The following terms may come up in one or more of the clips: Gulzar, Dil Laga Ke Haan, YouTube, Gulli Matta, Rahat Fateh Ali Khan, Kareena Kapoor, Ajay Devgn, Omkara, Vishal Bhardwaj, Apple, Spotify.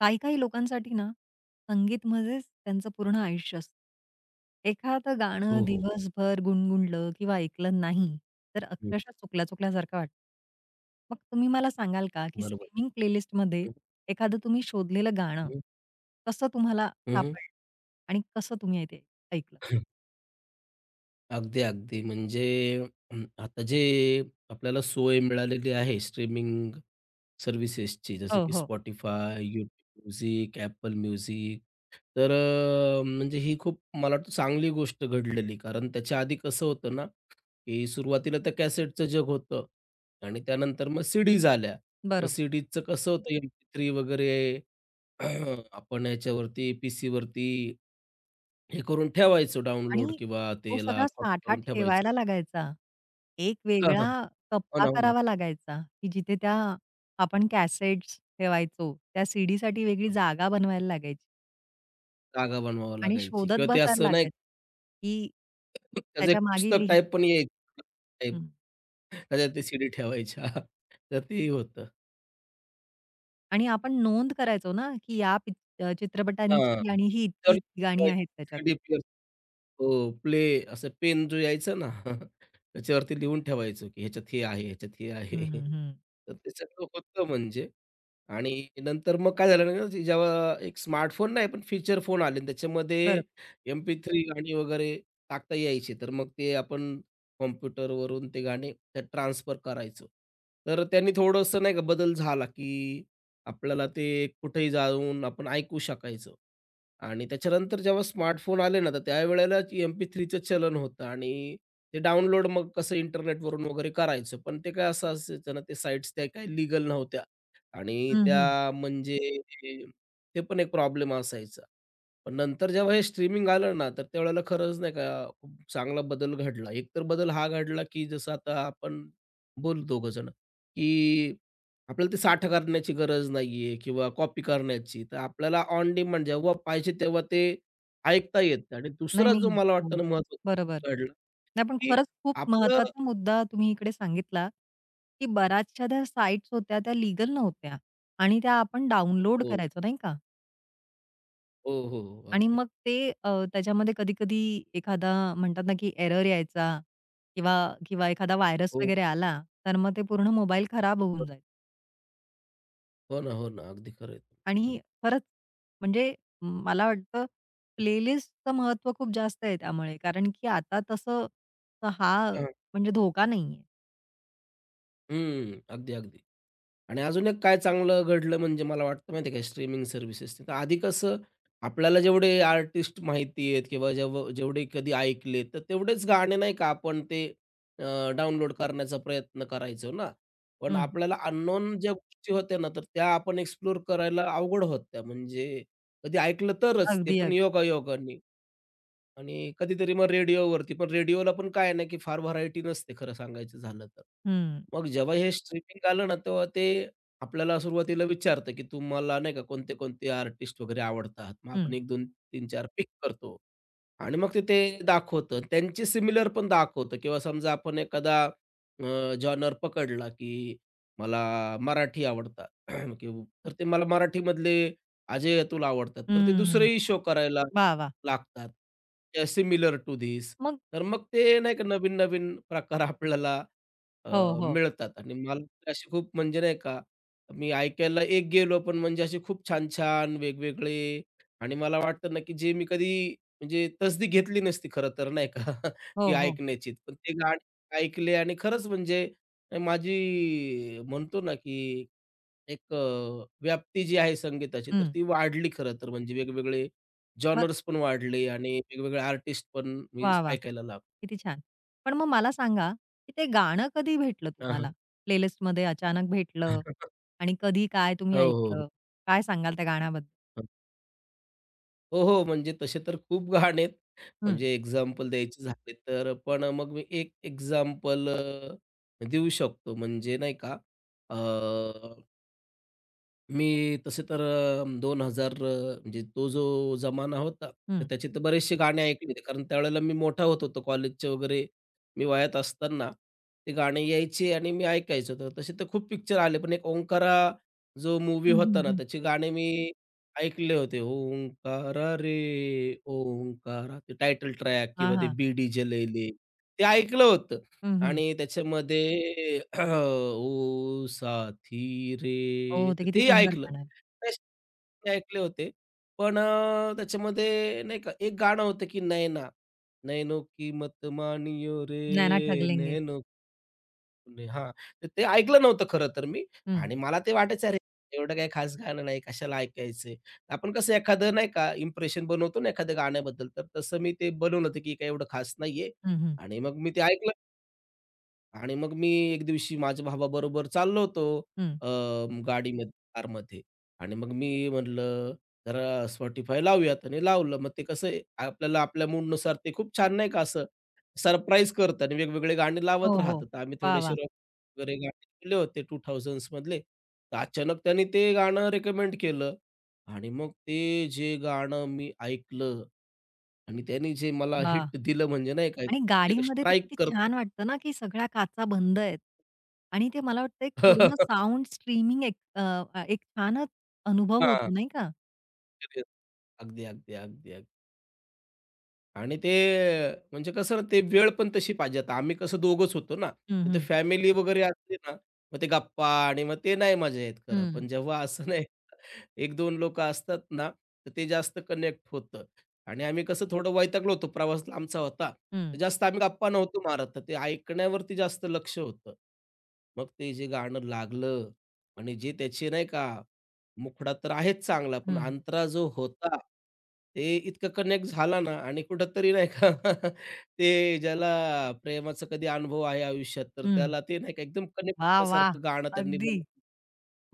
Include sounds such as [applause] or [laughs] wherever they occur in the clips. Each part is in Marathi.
काही-काही लोकांसाठी ना, संगीत म्हणजेच त्यांचं पूर्ण आयुष्य असतं. एखादं गाणं हं. हो, हो. दिवसभर गुणगुणलं किंवा ऐकलं नाही, तर हं. अक्षरशः चुकल्या-चुकल्यासारखं वाटतं. मग तुम्ही मला सांगाल का, की बरोबर. स्ट्रीमिंग प्लेलिस्टमध्ये हं, एखादं तुम्ही शोधलेलं गाणं, हं, कसं तुम्हाला हं, हं. सापडलं आणि कसं तुम्ही आहे ते ऐकलं? [laughs] अगदी, अगदी. म्हणजे आता जे आपल्याला सोय मिळालेली आहे स्ट्रीमिंग सर्व्हिसेसची जसं हो, की हो. Spotify, YouTube music, Apple music तर म्हणजे ही खूप मला वाटतं चांगली गोष्ट घडलेली. कारण त्याच्या आधी कसं होतं ना, की सुरुवातीला तर कॅसेटचं जग होतं आणि त्यानंतर मग सीडीज आल्या. मग बरोबर. सीडीजचं कसं होतं, MP3 वगैरे [clears throat] आपण याच्यावरती पीसीवरती हे करून ठेवायचो डाउनलोड आणि किंवा तो त्याला सगळा कॉपी साठा करून ठेवायचो. ठेवायला लागायचा. एक हां, हां. वेगळा हो कप्पा ना, हो ना. करावा लागायचा, की जिथे त्या आपण कॅसेट्स ठेवायचो. त्या सीडीसाठी वेगळी जागा बनवायला लागायची जागा बनवावं आणि लागायची शोधत किंवा ते बसायला असं नाही लागायचं, की का, त्याचं एक त्याच्या मागे पुस्तक लिही टाइप पण यायचं टाइप हं. त्याच्यात ते सीडी ठेवायच्या. [laughs] तर ते होतं. आणि आपण नोंद करायचो ना, की या पिक हां. चित्रपटांची आणि ही तर इतकी-इतकी गाणी आहेत त्याच्यात. सीडी प्लेयर हो, प्ले असं पेन जो यायचा ना, [laughs] त्याच्यावरती लिहून ठेवायचो, की ह्याच्यात हे आहे, ह्याच्यात हे हं, आहे. हं, हं. तर ते सगळं होतं म्हणजे. आणि नंतर मग काय झालं ना, की जेव्हा एक स्मार्टफोन नाही, पण फीचर फोन आले आणि त्याच्यामध्ये बरोबर. एम-पी-3 गाणी वगैरे टाकता यायची. तर मग ते आपण कॉम्प्युटरवरून ते गाणे ट्रान्सफर करायचो. तर त्यांनी थोडंसं नाही का बदल झाला, की आपल्याला ते कुठेही जाऊन आपण ऐकू शकायचो. आणि त्याच्यानंतर जेव्हा स्मार्टफोन आले ना, तर त्यावेळेला एम-पी-3चं चलन होतं आणि ते डाउनलोड मग कसं इंटरनेटवरून वगैरे करायचो. पण ते काय असं असायचं ना, ते साइट्स त्या काही लीगल नव्हत्या. आणि हं, हं. त्या म्हणजे ते पण एक प्रॉब्लेम असायचा. पण नंतर जेव्हा हे स्ट्रीमिंग आलं ना, तर त्यावेळेला खरंच नाही का खूप चांगला बदल घडला. एकतर बदल हा घडला, की जसं आता आपण बोलू दोघंजणं, की आपल्याला ते साठा करण्याची गरज नाहीये किंवा कॉपी करण्याची. तर आपल्याला ऑन डिमांड जेव्हा पाहिजे तेव्हा ते ऐकता येतं आणि नाही, दुसरा जो नाही. मला वाटतं ना हो, बरोबर. महत्त्वाचा घडला, नाही पण की खरंच खूप आपलं महत्वाचा मुद्दा तुम्ही इकडे सांगितला, की बऱ्याचशा त्या साइट्स होत्या त्या लीगल नव्हत्या आणि त्या आपण डाउनलोड हो, करायचो नाही का? हो, हो, हो. आणि अगदी. मग ते त्याच्यामध्ये कधी-कधी एखादा म्हणतात ना, की एरर यायचा किंवा किंवा एखादा व्हायरस हो, वगैरे आला, तर मग ते पूर्ण मोबाईल खराब हो होऊन जायचा. हो ना, हो ना. अगदी खरं आहे. तुमचं म्हणणं. आणि खरंच म्हणजे मला वाटतं प्लेलिस्टचं महत्त्व खूप जास्त आहे त्यामुळे. कारण की आता तसं तर हा म्हणजे धोका नाहीये. हं. अगदी, अगदी. आणि अजून एक काय चांगलं घडलं म्हणजे मला वाटतं माहिती आहे का स्ट्रीमिंग सर्व्हिसेसने. तर आधी कसं आपल्याला जेवढे आर्टिस्ट माहिती आहेत किंवा जेवढे कधी ऐकले, तर तेवढेच गाणे नाही का आपण ते डाउनलोड करण्याचा प्रयत्न करायचो ना. पण हं. आपल्याला अननोन ज्या गोष्टी होत्या ना, तर त्या आपण एक्सप्लोर करायला अवघड होत्या. म्हणजे कधी ऐकलं तरच, ते अगदी, पण अगदी. योगायोगाने. आणि कधीतरी मग रेडिओवरती, पण रेडिओला पण काय आहे ना, की फार व्हरायटी नसते खरं सांगायचं झालं तर. हं, मग जेव्हा हे स्ट्रीमिंग आलं ना, तेव्हा ते आपल्याला सुरुवातीला विचारतं, की तुम्हाला नाही का कोणते-कोणते आर्टिस्ट वगैरे आवडतात. मग हं, आपण 1, 2, 3, 4 पिक करतो. आणि मग ते ते दाखवतं. त्यांची सिमिलर पण दाखवतं किंवा समजा आपण एखादा जॉनर पकडला, की मला मराठी आवडतात [clears throat] किंवा तर ते मला मराठीमधले अजय अतुल आवडतात. तर ते हं. दुसरेही शो करायला वाह! वाह! लागतात. Similar to this. मग तर मग ते नाही का नवीन-नवीन प्रकार [laughs] आपल्याला अ, हो, हो. मिळतात आणि मला अशी खूप म्हणजे नाही का, मी ऐकायला एक गेलो पण म्हणजे असे खूप छान-छान वेगवेगळे आणि मला वाटतं ना, की जे मी कधी म्हणजे तसदी घेतली नसती खरं तर नाही का [laughs] ती हो, हो. ऐकण्याची. पण ते गाणे ऐकले आणि खरंच म्हणजे माझी म्हणतो ना, की एक व्याप्ती जी आहे संगीताची तर हं. ती वाढली खरं तर. म्हणजे वेगवेगळे मग जॉनर्स पण वाढले आणि वेगवेगळे आर्टिस्ट पण मी वाह! वाह! ऐकायला लागलो. किती छान. पण मग मला सांगा, की ते गाणं कधी भेटलं हां, तुम्हाला? हां. प्लेलिस्टमध्ये अचानक भेटलं [laughs] आणि कधी काय तुम्ही हो, हो. ऐकलं? काय सांगाल त्या गाण्याबद्दल? हो, हो. हो, म्हणजे तसे तर खूप गाणे आहेत. हं, म्हणजे एक्झाम्पल द्यायचे झाले तर पण मग मी एक एक्झाम्पल देऊ शकतो म्हणजे नाही का मी तसे तर 2000 म्हणजे तो जो जमाना होता, तर हं. त्याचे तर बरेचसे गाणे ऐकले. होते, कारण त्यावेळेला मी मोठा होत होतो. कॉलेजचे वगैरे मी वयात असताना ते गाणे यायचे आणि मी ऐकायचो. तर तसे तर खूप पिक्चर आले. पण एक ओंकारा जो मूवी हं, हं, होता ना, हं. त्याचे गाणे मी ऐकले होते. ओंकारा रे ओंकारा, ते टायटल ट्रॅक हां, किंवा ते हां. बीडी जलैले, ते ऐकलं होतं. हं, हं. आणि त्याच्यामध्ये [clears throat] ओ साथी रे, हो, ते तर किती तेही सुंदर ऐकलं. गाणं आहे. ते ऐकले होते. पण त्याच्यामध्ये नाही का एक गाणं होतं की नैना, नैनो की मत मानियो रे "नैना ठगलेंगे." नैनो तूने हां, तर ते ऐकलं नव्हतं खरं तर मी हं, आणि मला ते वाटायचं अरे, एवढं काही खास गाणं नाही कशाला ऐकायचंय. आपण कसं एखादं नाही का इम्प्रेशन बनवतो ना एखाद्या गाण्याबद्दल तर तसं मी ते बनवलं होतं की काही एवढं खास नाहीये हं, हं, आणि मग मी ते ऐकलं. आणि मग मी एक दिवशी माझ्या भावाबरोबर चाललो होतो हं. अ, गाडीमध्ये, कारमध्ये आणि मग मी म्हटलं, "जरा Spotify लावूयात" आणि लावलं. मग ते कसं आहे, आपल्याला आपल्या मूडनुसार ते खूप छान नाही का असं सरप्राईज करतं आणि वेगवेगळे गाणी लावत हो, हो. राहतं. तर आम्ही वाह! थोडेसे वाह! रॉक वगैरे गाणे ऐकले होते 2000s मधले. तर अचानक त्यांनी ते गाणं रिकमेंड केलं आणि मग ते जे गाणं मी ऐकलं आणि त्यांनी जे मला वाह! हिट दिलं म्हणजे नाही का, आणि गाडीमध्ये तर स्ट्राईक किती करतं. छान वाटतं ना, की सगळ्या काचा बंद आहेत आणि ते मला वाटतं एक पूर्ण साउंड स्ट्रीमिंग एक अ, अ, एक छानच अनुभव हां. होतो नाही का? [laughs] अगदी, अगदी, अगदी, अगदी. आणि ते म्हणजे कसं ना, ते वेळ पण तशी पाहिजे. आता आम्ही कसं दोघंच होतो ना, हं, तर ते हं, फॅमिली वगैरे असली ना, मग ते गप्पा आणि मग ते नाही मजा येत खरं. हं, पण जेव्हा असं एक 2 लोकं असतात ना, तर ते जास्त कनेक्ट होतं आणि आम्ही कसं थोडं वैतागलो होतो, प्रवास लांबचा होता. हं, तर जास्त आम्ही गप्पा नव्हतो मारत, तर ते ऐकण्यावरती जास्त लक्ष होतं. मग ते जे गाणं लागलं आणि जे त्याचे नाही का, मुखडा तर आहेच चांगला, पण हं, अंतरा जो होता, ते इतकं कनेक्ट झाला ना आणि कुठेतरी नाही का, [laughs] ते ज्याला प्रेमाचा कधी अनुभव आहे आयुष्यात, तर हं. त्याला ते नाही का एकदम वाह! कनेक्ट वाह! सारखं गाणं त्यांनी अगदी बनवलं.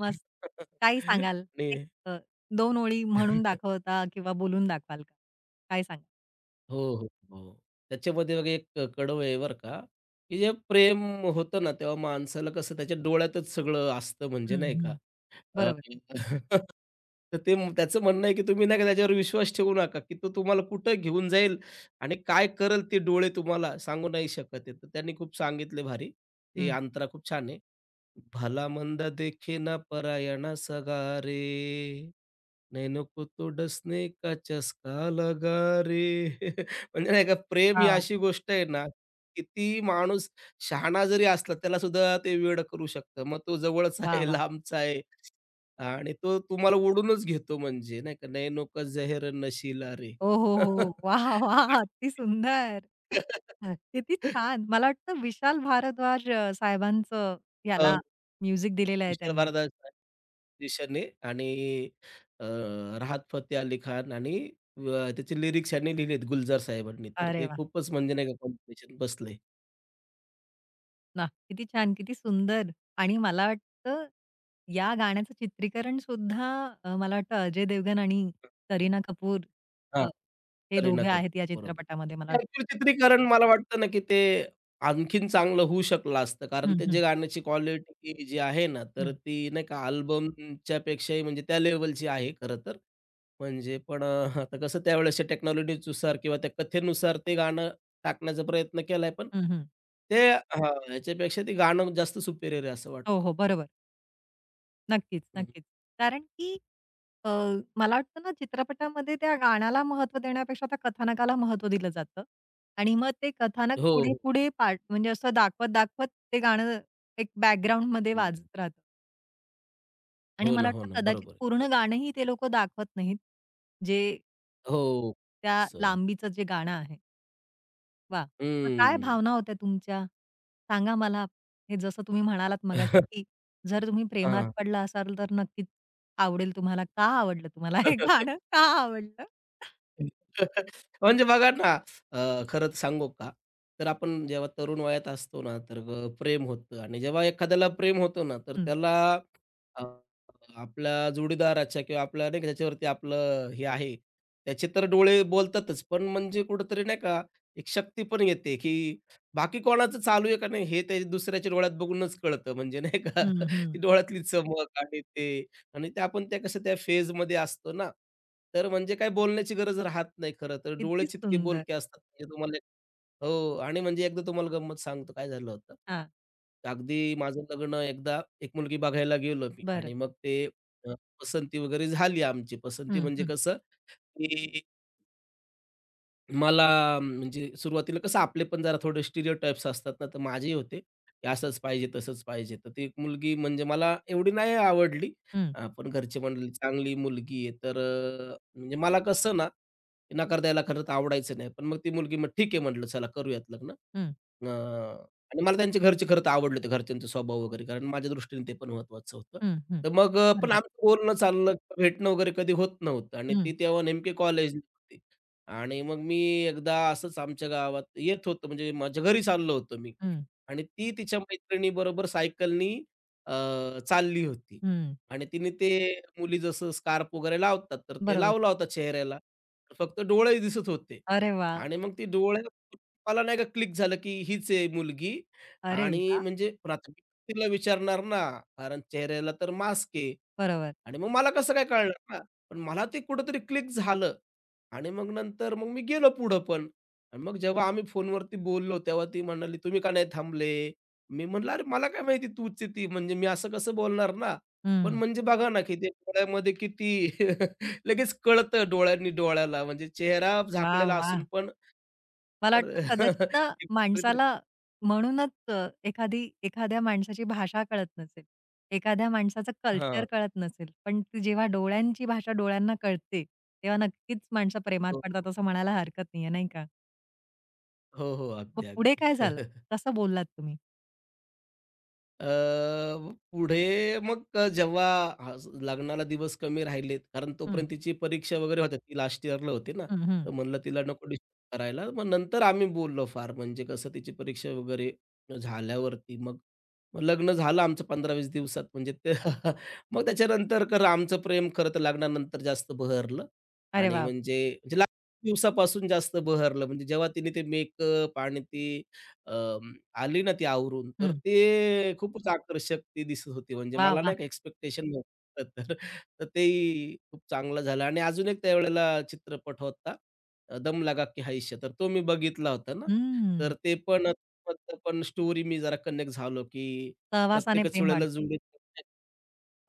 मस्त. [laughs] काही सांगाल? एक आणि अ, 2 ओळी म्हणून दाखवता किंवा बोलून दाखवाल का? काय सांगाल? हो, हो, हो. त्याच्यामध्ये बघा एक आहे बरं का, की जे प्रेम होतं ना, तेव्हा माणसाला कसं त्याच्या डोळ्यातच सगळं असतं म्हणजे हं, नाही का. हं. अ, बरोबर. [laughs] तर ते त्याचं म्हणणं आहे, की तुम्ही नाही का त्याच्यावर विश्वास ठेवू नका, की तो तुम्हाला कुठं घेऊन जाईल आणि काय करल ते डोळे तुम्हाला सांगू नाही शकत आहे. तर त्यांनी खूप सांगितले भारी. ते हं. अंतरा खूप छान आहे. भला मंद देखे ना परायणा सगा रे नाही नको तो डसने का चस्का लगा रे [laughs] म्हणजे नाही का प्रेम ही वाह! वाह! अशी गोष्ट आहे ना, किती माणूस शहाणा जरी असला त्याला सुद्धा ते वेड करू शकतं. मग तो जवळचा आहे, वाह! लांबचा आहे आणि तो तुम्हाला ओढूनच घेतो म्हणजे नाही का, "नैनो का ज़ेहर नशीला रे." ओ, हो, हो. वाह! [laughs] वाह! आणि अति सुंदर. किती [laughs] छान. मला वाटतं विशाल भारद्वाज साहेबांचं हो याला म्युझिक दिलेलं आहे विशाल त्यांनी. भारद्वाज दिशाने आणि अ, राहत फतेह अली खान आणि अ, त्याचे लिरिक्स यांनी लिहिलेत गुलजार साहेबांनी. तर अरे ते वाह! खूपच म्हणजे नाही का कॉम्बिनेशन बसलंय. वाह! किती छान, किती सुंदर आणि मला वाटतं या गाण्याचं चित्रीकरण सुद्धा मला वाटतं अजय देवगण आणि करीना कपूर अ, हे करीना दोघे कपूर. आहेत या बरोबर. चित्रपटामध्ये मला वाटतं. भरपूर चित्रीकरण मला वाटतं ना, की ते आणखीन चांगलं होऊ शकलं असतं. कारण हं, ते जे हं, गाण्याची क्वालिटी जी आहे ना, तर हं, ती नाही का अल्बमच्या पेक्षाही म्हणजे त्या लेव्हलची आहे खरं तर. म्हणजे पण आता कसं त्यावेळेसच्या टेक्नॉलॉजीनुसार किंवा त्या कथेनुसार ते गाणं टाकण्याचा प्रयत्न केलाय, पण हं, हं. ते हां, ह्याच्यापेक्षा ते गाणं जास्त सुपेरियर आहे असं वाटतं. हो, हो. बरोबर. नक्कीच, हं. नक्कीच. कारण की अ, मला वाटतं ना चित्रपटामध्ये त्या गाण्याला महत्त्व देण्यापेक्षा त्या कथानकाला महत्त्व दिलं जातं आणि मग ते कथानक हो, हो. पुढे-पुढे पार्ट म्हणजे असं दाखवत-दाखवत ते गाणं एक बॅकग्राऊंडमध्ये हं, वाजत राहतं आणि हो ना, मला हो ना. वाटतं कदाचित बरोबर आहे. पूर्ण गाणंही ते लोकं दाखवत नाहीत, जे हो. त्या असं. लांबीचं जे गाणं आहे. वाह! मग काय हं. भावना होत्या तुमच्या? सांगा मला. हे जसं तुम्ही म्हणालात मगाशी, हां. [laughs] की जर तुम्ही प्रेमात पडला असाल तर नक्कीच आवडेल तुम्हाला. का आवडलं तुम्हाला हे [laughs] गाणं? का आवडलं? म्हणजे बघा ना, खरं तर सांगू का? तर आपण जेव्हा तरुण वयात असतो ना, तर प्रेम होतं आणि जेव्हा एखाद्याला प्रेम होतं ना, तर हं, त्याला अ, आपल्या जोडीदाराच्या किंवा आपल्या नाही का त्याच्यावरती आपलं हे आहे, त्याचे तर डोळे बोलतातच. पण म्हणजे कुठेतरी नाही का, एक शक्ती पण येते, की बाकी कोणाचं चालू आहे का नाही, हे ते दुसऱ्याच्या डोळ्यात बघूनच कळतं. म्हणजे नाही का, हं, [laughs] हं. ती डोळ्यातली चमक आणि ते आणि त्या आपण त्या कसं त्या फेजमध्ये असतो ना, तर म्हणजे काय बोलण्याची गरज राहत नाही खरं तर. किती डोळेच इतके सुंदर. बोलके असतात म्हणजे तुम्हाला हो आणि म्हणजे एकदा तुम्हाला गंमत सांगतो काय झालं होतं. हां, अगदी माझं लग्न एकदा एक मुलगी बघायला गेलो मी आणि बरं. मग ते अ, पसंती वगैरे झाली आमची. पसंती हं, म्हणजे हं, कसं की मला म्हणजे सुरुवातीला कसं आपले पण जरा थोडे स्टिरियोटाइप्स असतात ना, तर माझेही होते, की असंच पाहिजे, तसंच पाहिजे. तर ती एक मुलगी म्हणजे मला एवढी नाही आवडली. हं, पण घरचे म्हणाले, "चांगली मुलगी आहे." तर म्हणजे मला कसं ना, नकार द्यायला खरं तर आवडायचं नाही. पण मग ती मुलगी मग ठीक आहे म्हटलं, चला करूयात लग्न. हं, अ, आणि मला त्यांचे घरचे खरं तर आवडले होते, घरच्यांचा स्वभाव वगैरे, कारण माझ्या दृष्टीने ते पण महत्त्वाचं होतं. हं, हं. तर मग पण बरोबर. आमचं बोलणं चाललं, भेटणं वगैरे कधी होत नव्हतं आणि ती हं, तेव्हा नेमकी कॉलेजला आणि मग मी एकदा असंच आमच्या गावात येत होतो, म्हणजे माझ्या घरी चाललो होतो मी हं, आणि ती तिच्या मैत्रिणीबरोबर सायकलनी अ, चालली होती हं. आणि तिने ते मुली जसं स्कार्फ वगैरे लावतात, तर ते बरोबर. लावला होता चेहऱ्याला. फक्त डोळे दिसत होते अरे वाह! आणि मग ती डोळ्यात मला नाही का क्लिक झालं, की हीच आहे मुलगी अरे आणि वाह! म्हणजे प्राथमिक तिला विचारणार ना, कारण चेहऱ्याला तर मास्क आहे बरोबर. आणि मग मला कसं काय कळणार ना? पण मला ते कुठेतरी क्लिक झालं. आणि मग नंतर मग मी गेलो पुढं पण. आणि मग जेव्हा आम्ही फोनवरती बोललो, तेव्हा ती म्हणाली, "तुम्ही का नाही थांबले?" मी म्हटलं, "अरे मला काय माहिती तूच आहे ती, म्हणजे मी असं कसं बोलणार ना?" पण हं. म्हणजे बघा ना, की ते डोळ्यामध्ये किती [laughs] लगेच कळतं डोळ्यांनी डोळ्याला, म्हणजे चेहरा वाह! झाकलेला वाह! असून पण मला वाटतं कदाचित तर ना [laughs] माणसाला म्हणूनच एखादी एखाद्या माणसाची भाषा कळत नसेल. एखाद्या माणसाचं कल्चर हां. कळत नसेल. पण ती जेव्हा डोळ्यांची भाषा डोळ्यांना कळते, तेव्हा नक्कीच माणसं प्रेमात हो, हो. पडतात असं म्हणायला हरकत नाहीये, नाही का? हो, हो. मग अगदी, पुढे काय अगदी. झालं? [laughs] कसं बोललात तुम्ही? अ, पुढे मग जेव्हा हा लग्नाला दिवस कमी राहिलेत, कारण हं, तोपर्यंत तिची परीक्षा वगैरे होत्या. ती लास्ट इयरला होती ना, हं, हं. तर म्हणलं तिला नको डिस्टर्ब करायला. मग नंतर आम्ही बोललो फार, म्हणजे कसं तिची परीक्षा वगैरे झाल्यावरती मग मग लग्न झालं आमचं 15-20 दिवसात म्हणजे ते [laughs] मग त्याच्यानंतर खरं आमचं प्रेम खरं तर लग्नानंतर जास्त बहरलं अरे आणि वाह! म्हणजे म्हणजे लग्न दिवसापासून जास्त बहरलं. म्हणजे जेव्हा तिने ते मेकअप आणि ती अं, आली ना ती आवरून, तर हं. ते खूपच आकर्षक ती दिसत होती. म्हणजे वाह, मला वाह! नाही का एक्स्पेक्टेशन नव्हतं [laughs] तर तर तेही खूप चांगलं झालं आणि अजून एक त्यावेळेला चित्रपट होता दम लगा के है तर तो मी बघितला होता ना. तर हं. ते पण पण स्टोरी मी जरा कनेक्ट झालो, की सहवासाने प्रत्येकच प्रेम वेळेला वाढतं. जुळत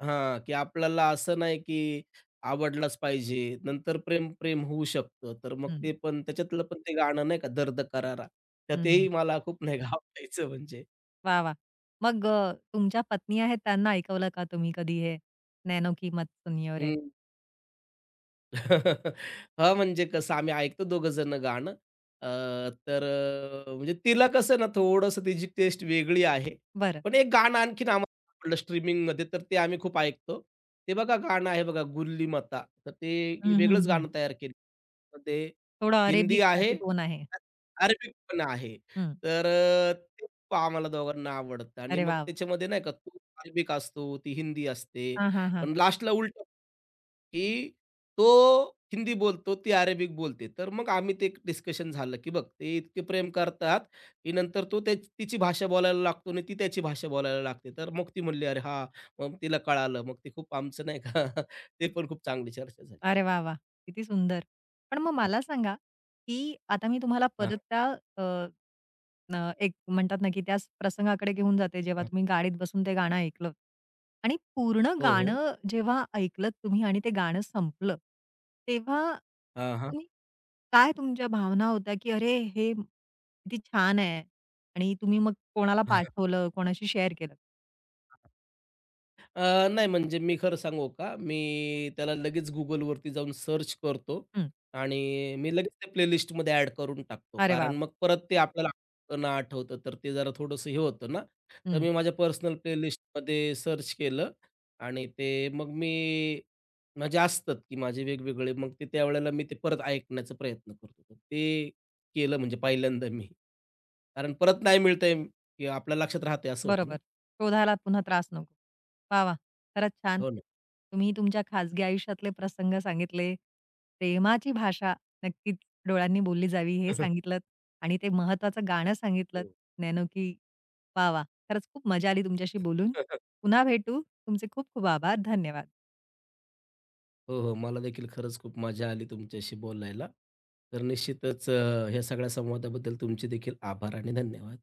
हां, की आपल्याला असं नाही की आवडलाच पाहिजे. नंतर प्रेम, प्रेम होऊ शकतं. तर मग हं, ते पण त्याच्यातलं पण ते गाणं नाही का दर्द करारा, हं, त्यातही हं. मला खूप नाही [laughs] का आवडायचं म्हणजे. वाह, वाह! मग तुमच्या पत्नी आहेत त्यांना ऐकवलं का तुम्ही कधी हे? "नैनो की मत सुनियो रे." हं. [laughs] हां, म्हणजे कसं आम्ही ऐकतो दोघं जण गाणं. अ, तर म्हणजे तिला कसं ना थोडंसं तिची टेस्ट वेगळी आहे. बरं. पण एक गाणं आणखीन आम्हाला सापडलं स्ट्रीमिंगमध्ये तर ते आम्ही खूप ऐकतो. ते बघा गाणं आहे बघा "गुल्ली मता" तर ते हं, हं, वेगळंच हं. गाणं तयार केलं. तर ते थोडं हिंदी अरेबिक आहे, त्याचे टोन आहे. अरेबिक पण आहे. हं. तर ते खूप आम्हाला दोघांना आवडतं आणि अरे मग वाह, वाह! त्याच्यामध्ये नाही का, तो अरेबिक असतो, ती हिंदी असते. हां, हां, हां. पण लास्टला उलटं, की तो हिंदी बोलतो, ती अरेबिक बोलते. तर मग आम्ही ते डिस्कशन झालं, की बघ ते इतके प्रेम करतात, की नंतर तो त्या तिची भाषा बोलायला लागतो आणि ती त्याची भाषा बोलायला लागते. तर मग ती म्हणली, "अरे हां." मग तिला कळालं. मग ते खूप आमचं नाही का [laughs] ते पण खूप चांगली चर्चा झाली. अरे वाह, वाह! किती सुंदर. पण मग हं. मला सांगा, की आता मी तुम्हाला हां, परत त्या अ, न एक म्हणतात ना, की त्याच प्रसंगाकडे घेऊन जाते, जेव्हा तुम्ही गाडीत बसून ते गाणं ऐकलत आणि पूर्ण हो, हो. गाणं जेव्हा ऐकलत तुम्ही आणि ते गाणं संपलं, तेव्हा हां, हां. तुम्ही काय तुमच्या भावना होत्या, की "अरे, हे किती छान आहे" आणि तुम्ही मग कोणाला पाठवलं, कोणाशी शेअर केलं? नाही म्हणजे मी खरं सांगू का, मी त्याला लगेच Googleवरती जाऊन सर्च करतो हं. आणि मी लगेच ते प्लेलिस्टमध्ये ॲड करून टाकतो. अरे कारण वाह! मग परत ते आपल्याला आठवतं ना आठवतं, तर ते जरा थोडंसं हे होतं ना. तर हं, मी माझ्या पर्सनल प्लेलिस्टमध्ये सर्च केलं आणि ते मग मी माझे असतात की माझे वेगवेगळे, मग ते त्यावेळेला मी ते परत ऐकण्याचा प्रयत्न करतो. तर ते केलं म्हणजे पहिल्यांदा मी. कारण परत नाही मिळतंय की आपल्या लक्षात राहतंय असं होतं ना. बरोबर. शोधायला पुन्हा त्रास नको. वाह, वाह! खरंच छान. हो ना. तुम्ही तुमच्या खाजगी आयुष्यातले प्रसंग सांगितले. प्रेमाची भाषा नक्कीच डोळ्यांनी बोलली जावी हे [laughs] सांगितलंत आणि ते महत्त्वाचं गाणं सांगितलंत हो. नैनो की वाह, वाह! खरंच खूप मजा आली तुमच्याशी बोलून. पुन्हा भेटू. तुमचे खूप खूप आभार. धन्यवाद. हो, हो. मला देखील खरंच खूप मजा आली तुमच्याशी बोलायला. तर निश्चितच ह्या सगळ्या संवादाबद्दल तुमचे देखील आभार आणि धन्यवाद.